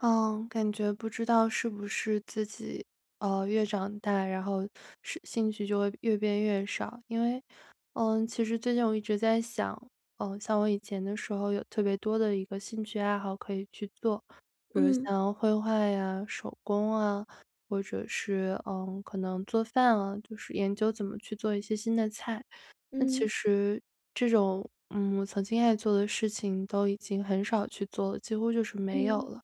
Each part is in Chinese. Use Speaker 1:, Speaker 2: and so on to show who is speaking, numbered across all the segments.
Speaker 1: 嗯，感觉不知道是不是自己，越长大，然后是兴趣就会越变越少。因为，其实最近我一直在想，像我以前的时候有特别多的一个兴趣爱好可以去做，比如
Speaker 2: 嗯
Speaker 1: 像绘画呀、手工啊，或者是可能做饭啊，就是研究怎么去做一些新的菜。那其
Speaker 2: 嗯
Speaker 1: 实这种，我曾经爱做的事情都已经很少去做了，几乎就是没有
Speaker 2: 嗯，
Speaker 1: 了。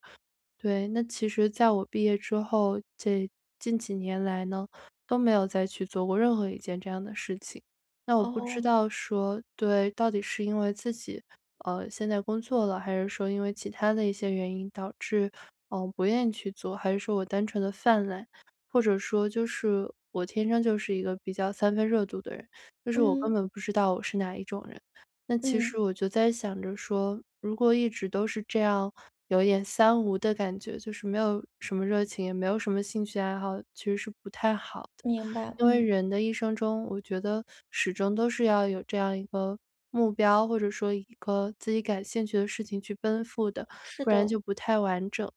Speaker 1: 对，那其实在我毕业之后，这近几年来呢，都没有再去做过任何一件这样的事情。那我不知
Speaker 2: 哦，
Speaker 1: 道说，对，到底是因为自己，现在工作了，还是说因为其他的一些原因导致，不愿意去做，还是说我单纯的泛滥，或者说就是我天生就是一个比较三分热度的人，就是我根
Speaker 2: 嗯
Speaker 1: 本不知道我是哪一种人。那其实
Speaker 2: 嗯，
Speaker 1: 我就在想着说，如果一直都是这样，有点三无的感觉，就是没有什么热情，也没有什么兴趣爱好，其实是不太好的。
Speaker 2: 明白，
Speaker 1: 因为
Speaker 2: 嗯，
Speaker 1: 人的一生中，我觉得始终都是要有这样一个目标，或者说一个自己感兴趣的事情去奔赴的，
Speaker 2: 是
Speaker 1: 不然
Speaker 2: 的，
Speaker 1: 就不太完整。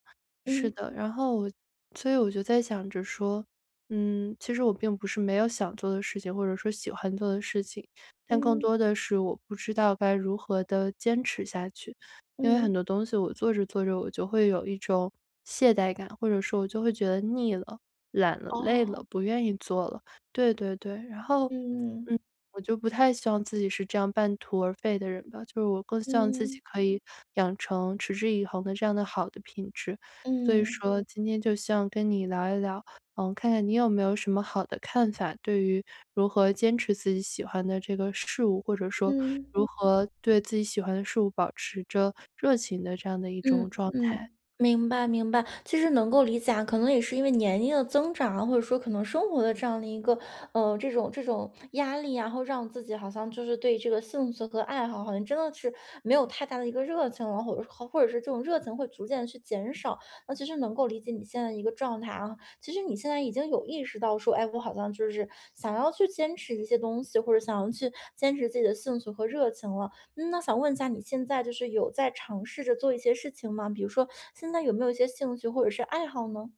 Speaker 1: 是
Speaker 2: 嗯
Speaker 1: 的，然后我，所以我就在想着说，其实我并不是没有想做的事情，或者说喜欢做的事情，但更
Speaker 2: 嗯
Speaker 1: 多的是我不知道该如何的坚持下去。因为很
Speaker 2: 嗯，
Speaker 1: 多东西我做着做着，我就会有一种懈怠感，或者说我就会觉得腻了、懒了、累
Speaker 2: 哦，
Speaker 1: 了，不愿意做了。对对对，然后
Speaker 2: 嗯
Speaker 1: 我就不太希望自己是这样半途而废的人吧，就是我更希望自己
Speaker 2: 嗯
Speaker 1: 可以养成持之以恒的这样的好的品质。所以
Speaker 2: 嗯
Speaker 1: 说今天就希望跟你聊一聊，看看你有没有什么好的看法，对于如何坚持自己喜欢的这个事物，或者说
Speaker 2: 嗯。
Speaker 1: 如何对自己喜欢的事物保持着热情的这样的一
Speaker 2: 嗯
Speaker 1: 种状
Speaker 2: 嗯，
Speaker 1: 态。
Speaker 2: 明白明白，其实能够理解啊，可能也是因为年龄的增长啊，或者说可能生活的这样的一个，这种压力啊，然后让自己好像就是对这个兴趣和爱好，好像真的是没有太大的一个热情了，或者是这种热情会逐渐地去减少。那其实能够理解你现在的一个状态啊，其实你现在已经有意识到说，哎，我好像就是想要去坚持一些东西，或者想要去坚持自己的兴趣和热情了。嗯，那想问一下，你现在就是有在尝试着做一些事情吗？比如说，现在有没有一些兴趣或者是爱好呢？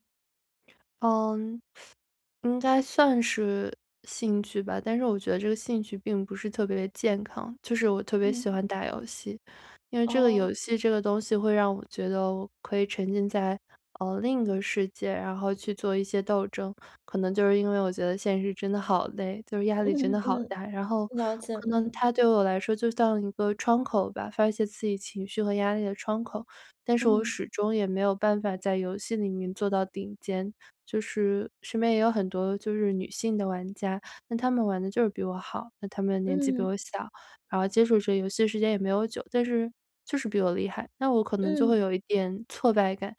Speaker 1: 嗯，应该算是兴趣吧，但是我觉得这个兴趣并不是特别健康。就是我特别喜
Speaker 2: 嗯，
Speaker 1: 欢打游戏，因为这个
Speaker 2: 哦，
Speaker 1: 游戏这个东西会让我觉得我可以沉浸在另一个世界，然后去做一些斗争。可能就是因为我觉得现实真的好累，就是压力真
Speaker 2: 嗯
Speaker 1: 的好
Speaker 2: 嗯，
Speaker 1: 大。然后
Speaker 2: 了解，
Speaker 1: 可能
Speaker 2: 嗯
Speaker 1: 它对我来说就像一个窗口吧，发泄自己情绪和压力的窗口。但是我
Speaker 2: 嗯
Speaker 1: 始终也没有办法在游戏里面做到顶尖，就是身边也有很多就是女性的玩家，那她们玩的就是比我好，那她们年纪比
Speaker 2: 嗯
Speaker 1: 我小，然后接触这游戏时间也没有久，但是就是比我厉害，那我可能就会
Speaker 2: 嗯
Speaker 1: 有一点挫败感。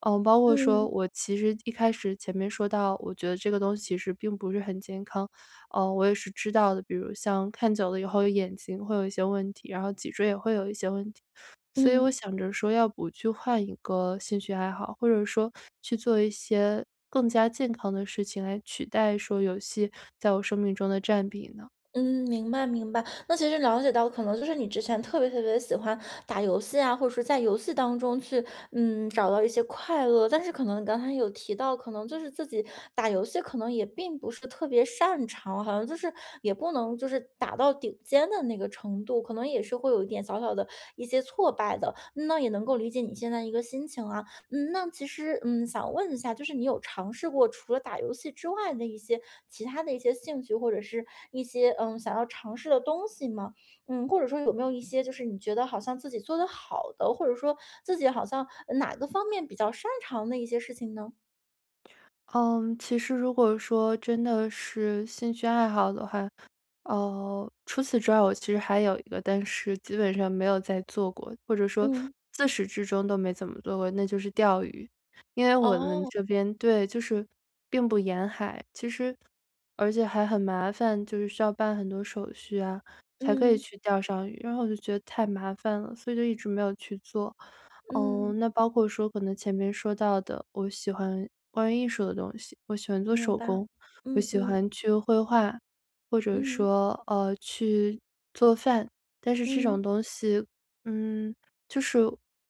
Speaker 1: 嗯，包括说
Speaker 2: 嗯
Speaker 1: 我其实一开始前面说到，我觉得这个东西其实并不是很健康，我也是知道的。比如像看久了以后，眼睛会有一些问题，然后脊椎也会有一些问题，所以我
Speaker 2: 嗯。
Speaker 1: 想着说，要不去换一个兴趣爱好，或者说去做一些更加健康的事情来取代说游戏在我生命中的占比呢？
Speaker 2: 嗯，明白明白。那其实了解到，可能就是你之前特别特别喜欢打游戏啊，或者是在游戏当中去，找到一些快乐。但是可能你刚才有提到，可能就是自己打游戏，可能也并不是特别擅长，好像就是也不能就是打到顶尖的那个程度，可能也是会有一点小小的一些挫败的。那也能够理解你现在一个心情啊。嗯，那其实，想问一下，就是你有尝试过除了打游戏之外的一些其他的一些兴趣，或者是一些想要尝试的东西吗？嗯，或者说有没有一些就是你觉得好像自己做的好的，或者说自己好像哪个方面比较擅长的一些事情呢？
Speaker 1: 嗯，其实如果说真的是兴趣爱好的话，哦，除此之外，我其实还有一个，但是基本上没有再做过，或者说
Speaker 2: 嗯，
Speaker 1: 自始至终都没怎么做过，那就是钓鱼。因为我们
Speaker 2: 哦，
Speaker 1: 这边对，就是并不沿海，其实而且还很麻烦，就是需要办很多手续啊，才可以
Speaker 2: 嗯
Speaker 1: 去钓上鱼，然后我就觉得太麻烦了，所以就一直没有去做。哦，
Speaker 2: 嗯，
Speaker 1: 那包括说可能前面说到的，我喜欢关于艺术的东西，我喜欢做
Speaker 2: 明
Speaker 1: 手
Speaker 2: 白，
Speaker 1: 工，我
Speaker 2: 嗯
Speaker 1: 喜
Speaker 2: 嗯
Speaker 1: 欢去绘画，或者
Speaker 2: 嗯
Speaker 1: 说去做饭。但是这种
Speaker 2: 嗯。
Speaker 1: 东西，嗯，就是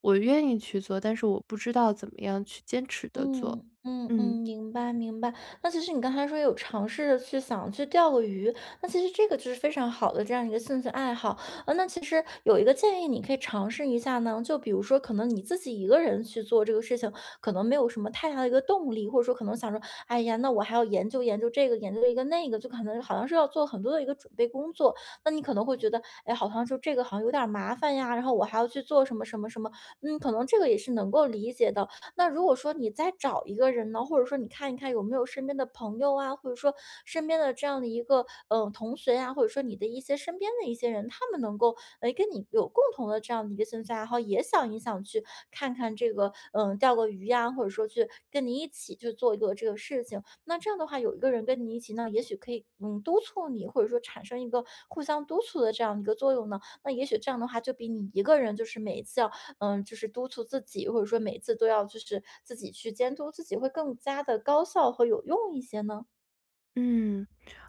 Speaker 1: 我愿意去做，但是我不知道怎么样去坚持的做。
Speaker 2: 嗯嗯嗯，
Speaker 1: 嗯。
Speaker 2: 明白明白。那其实你刚才说有尝试着去想去钓个鱼，那其实这个就是非常好的这样一个兴趣爱好。那其实有一个建议你可以尝试一下呢，就比如说可能你自己一个人去做这个事情，可能没有什么太大的一个动力，或者说可能想说，哎呀，那我还要研究研究这个，研究一个那个，就可能好像是要做很多的一个准备工作。那你可能会觉得，哎，好像就这个好像有点儿麻烦呀，然后我还要去做什么什么什么，嗯，可能这个也是能够理解的。那如果说你再找一个人呢，或者说你看一看有没有身边的朋友啊，或者说身边的这样的一个同学啊，或者说你的一些身边的一些人，他们能够跟你有共同的这样的一个兴趣爱好，也想一想去看看这个钓个鱼呀、或者说去跟你一起去做一个这个事情。那这样的话，有一个人跟你一起呢，也许可以督促你，或者说产生一个互相督促的这样一个作用呢。那也许这样的话，就比你一个人就是每一次要嗯，就是督促自己，或者说每次都要就是自己去监督自己，会更加的高效和有用一些呢？
Speaker 1: 嗯，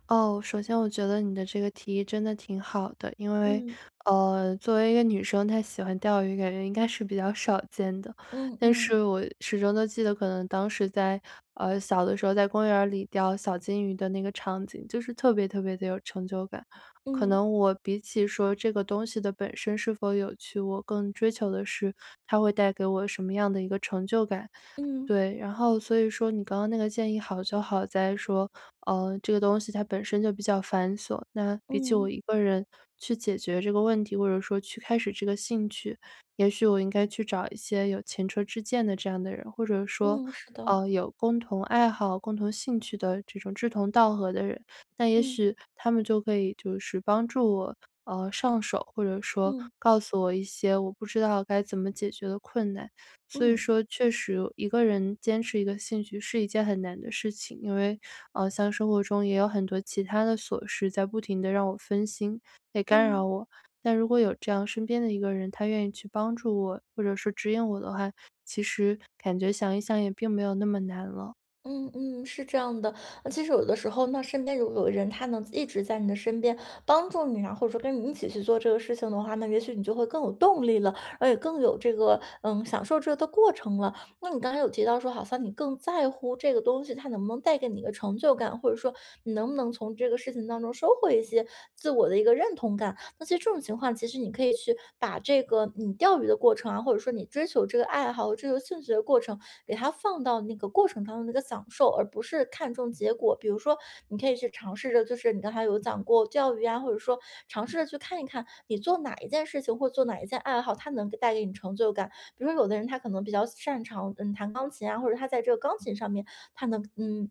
Speaker 1: 哦，首先我觉得你的这个提议真的挺好的，因为，
Speaker 2: 嗯，
Speaker 1: 作为一个女生，她喜欢钓鱼，感觉应该是比较少见的。
Speaker 2: 嗯
Speaker 1: 但
Speaker 2: 嗯
Speaker 1: 是我始终都记得，可能当时在，小的时候在公园儿里钓小金鱼的那个场景，就是特别特别的有成就感。可
Speaker 2: 嗯
Speaker 1: 能我比起说这个东西的本身是否有趣，我更追求的是它会带给我什么样的一个成就感。
Speaker 2: 嗯
Speaker 1: 对，然后所以说你刚刚那个建议好就好在说，这个东西它本身就比较繁琐，那比起
Speaker 2: 嗯
Speaker 1: 我一个人去解决这个问题，或者说去开始这个兴趣，也许我应该去找一些有前车之鉴的这样的人，或者说，
Speaker 2: 嗯，是的，
Speaker 1: 有共同爱好、共同兴趣的这种志同道合的人，那也
Speaker 2: 嗯
Speaker 1: 许他们就可以就是帮助我，上手，或者说
Speaker 2: 嗯
Speaker 1: 告诉我一些我不知道该怎么解决的困难。所以
Speaker 2: 嗯
Speaker 1: 说确实一个人坚持一个兴趣是一件很难的事情，因为，像生活中也有很多其他的琐事在不停的让我分心，也干
Speaker 2: 嗯。
Speaker 1: 扰我。但如果有这样身边的一个人，他愿意去帮助我，或者说指引我的话，其实感觉想一想也并没有那么难了。
Speaker 2: 嗯嗯，是这样的。其实有的时候那身边如果有人，他能一直在你的身边帮助你啊，或者说跟你一起去做这个事情的话呢，那也许你就会更有动力了，而且更有这个享受这个的过程了。那你刚才有提到说，好像你更在乎这个东西它能不能带给你一个成就感，或者说你能不能从这个事情当中收获一些自我的一个认同感。那其实这种情况，其实你可以去把这个你钓鱼的过程啊，或者说你追求这个爱好、追求兴趣的过程，给它放到那个过程当中的一个享受，而不是看重结果。比如说，你可以去尝试着，就是你刚才有讲过钓鱼啊，或者说尝试着去看一看，你做哪一件事情或做哪一件爱好，它能给带给你成就感。比如说，有的人他可能比较擅长弹钢琴啊，或者他在这个钢琴上面，他能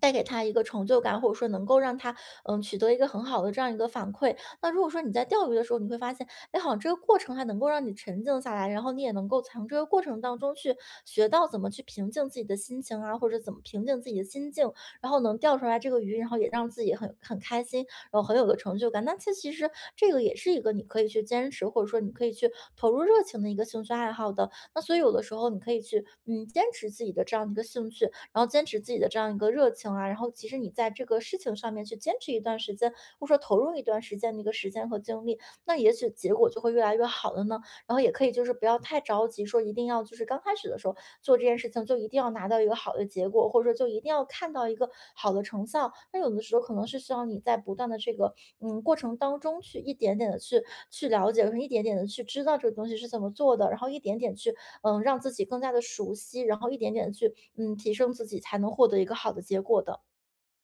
Speaker 2: 带给他一个成就感，或者说能够让他取得一个很好的这样一个反馈。那如果说你在钓鱼的时候，你会发现，哎，好像这个过程还能够让你沉静下来，然后你也能够从这个过程当中去学到怎么去平静自己的心情啊，或者怎么平静自己的心境，然后能钓出来这个鱼，然后也让自己很开心，然后很有个成就感。那其实这个也是一个你可以去坚持，或者说你可以去投入热情的一个兴趣爱好的。那所以有的时候你可以去坚持自己的这样的一个兴趣，然后坚持自己的这样一个热情啊，然后其实你在这个事情上面去坚持一段时间，或者说投入一段时间的一个时间和精力，那也许结果就会越来越好的呢。然后也可以就是不要太着急，说一定要就是刚开始的时候做这件事情就一定要拿到一个好的结果，或者说就一定要看到一个好的成效。那有的时候可能是需要你在不断的这个过程当中去一点点的去了解，一点点的去知道这个东西是怎么做的，然后一点点去让自己更加的熟悉，然后一点点去，提升自己，才能获得一个好的结果的。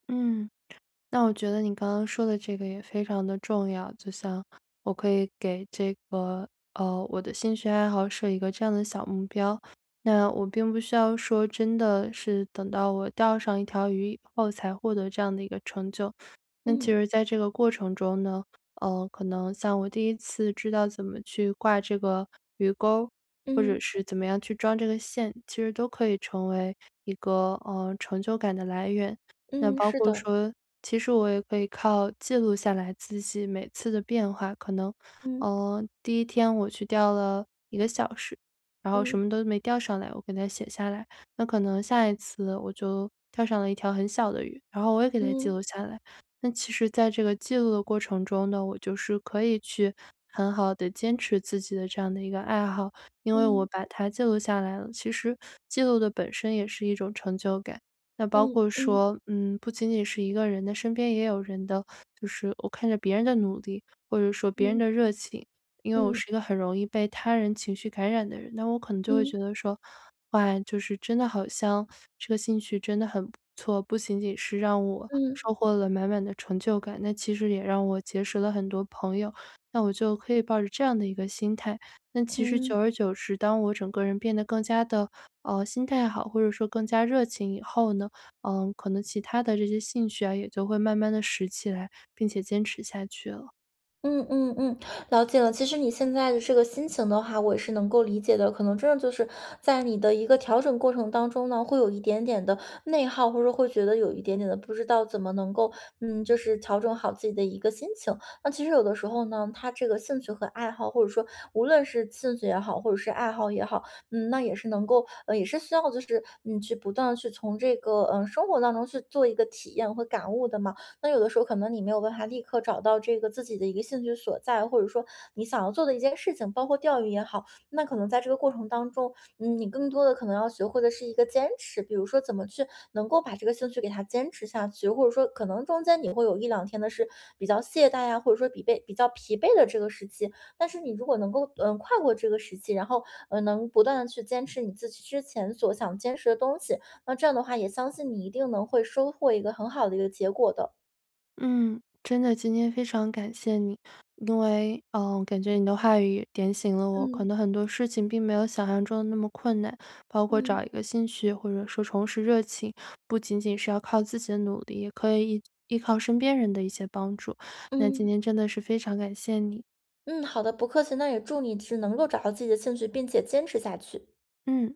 Speaker 1: 嗯。那我觉得你刚刚说的这个也非常的重要，就像我可以给这个我的兴趣爱好设一个这样的小目标，那我并不需要说真的是等到我钓上一条鱼以后才获得这样的一个成就。那其
Speaker 2: 嗯，
Speaker 1: 实在这个过程中呢，可能像我第一次知道怎么去挂这个鱼钩，或者
Speaker 2: 嗯，
Speaker 1: 是怎么样去装这个线，其实都可以成为一个成就感的来源。那
Speaker 2: 嗯，
Speaker 1: 包
Speaker 2: 是的，
Speaker 1: 括说，其实我也可以靠记录下来自己每次的变化，可能，
Speaker 2: 嗯，
Speaker 1: 第一天我去钓了一个小时，然后什
Speaker 2: 嗯，
Speaker 1: 么都没钓上来，我给它写下来。那可能下一次我就钓上了一条很小的鱼，然后我也给它记
Speaker 2: 嗯，
Speaker 1: 录下来。那其实在这个记录的过程中呢，我就是可以去很好的坚持自己的这样的一个爱好，因为
Speaker 2: 嗯，
Speaker 1: 我把它记录下来了，其实记录的本身也是一种成就感。那包
Speaker 2: 嗯，
Speaker 1: 括
Speaker 2: 嗯，
Speaker 1: 说，不仅仅是一个人的，身边也有人的，就是我看着别人的努力，或者说别人
Speaker 2: 嗯，
Speaker 1: 的热情，因为我
Speaker 2: 嗯，
Speaker 1: 是一个很容易被他人情绪感染的人，那我可能就会
Speaker 2: 嗯，
Speaker 1: 觉得说，哇，就是真的好像这个兴趣真的很不错，不仅仅是让我
Speaker 2: 嗯，
Speaker 1: 收获了满满的成就感，那其实也让我结识了很多朋友，那我就可以抱着这样的一个心态。那其实久
Speaker 2: 嗯。
Speaker 1: 而久之，当我整个人变得更加的心态好，或者说更加热情以后呢，可能其他的这些兴趣啊，也就会慢慢的拾起来，并且坚持下去了。
Speaker 2: 嗯嗯嗯，了解了。其实你现在的这个心情的话，我也是能够理解的。可能真的就是在你的一个调整过程当中呢，会有一点点的内耗，或者会觉得有一点点的不知道怎么能够，就是调整好自己的一个心情。那其实有的时候呢，他这个兴趣和爱好，或者说无论是兴趣也好，或者是爱好也好，那也是能够，也是需要就是，去不断的去从这个，生活当中去做一个体验和感悟的嘛。那有的时候可能你没有办法立刻找到这个自己的一个兴趣所在，或者说你想要做的一件事情，包括钓鱼也好，那可能在这个过程当中，你更多的可能要学会的是一个坚持，比如说怎么去能够把这个兴趣给它坚持下去，或者说可能中间你会有一两天的是比较懈怠呀、或者说比较疲惫的这个时期，但是你如果能够跨过这个时期，然后能不断的去坚持你自己之前所想坚持的东西，那这样的话也相信你一定能会收获一个很好的一个结果的。
Speaker 1: 嗯，真的，今天非常感谢你，因为感觉你的话语也点醒了我，可能
Speaker 2: 嗯
Speaker 1: 很多事情并没有想象中的那么困难，包括
Speaker 2: 嗯
Speaker 1: 找一个兴趣或者说重拾热情，不仅仅是要靠自己的努力，也可以依靠身边人的一些帮助。那今
Speaker 2: 嗯
Speaker 1: 天真的是非常感谢你。
Speaker 2: 嗯，好的，不客气。那也祝你只能够找到自己的兴趣，并且坚持下去。
Speaker 1: 嗯，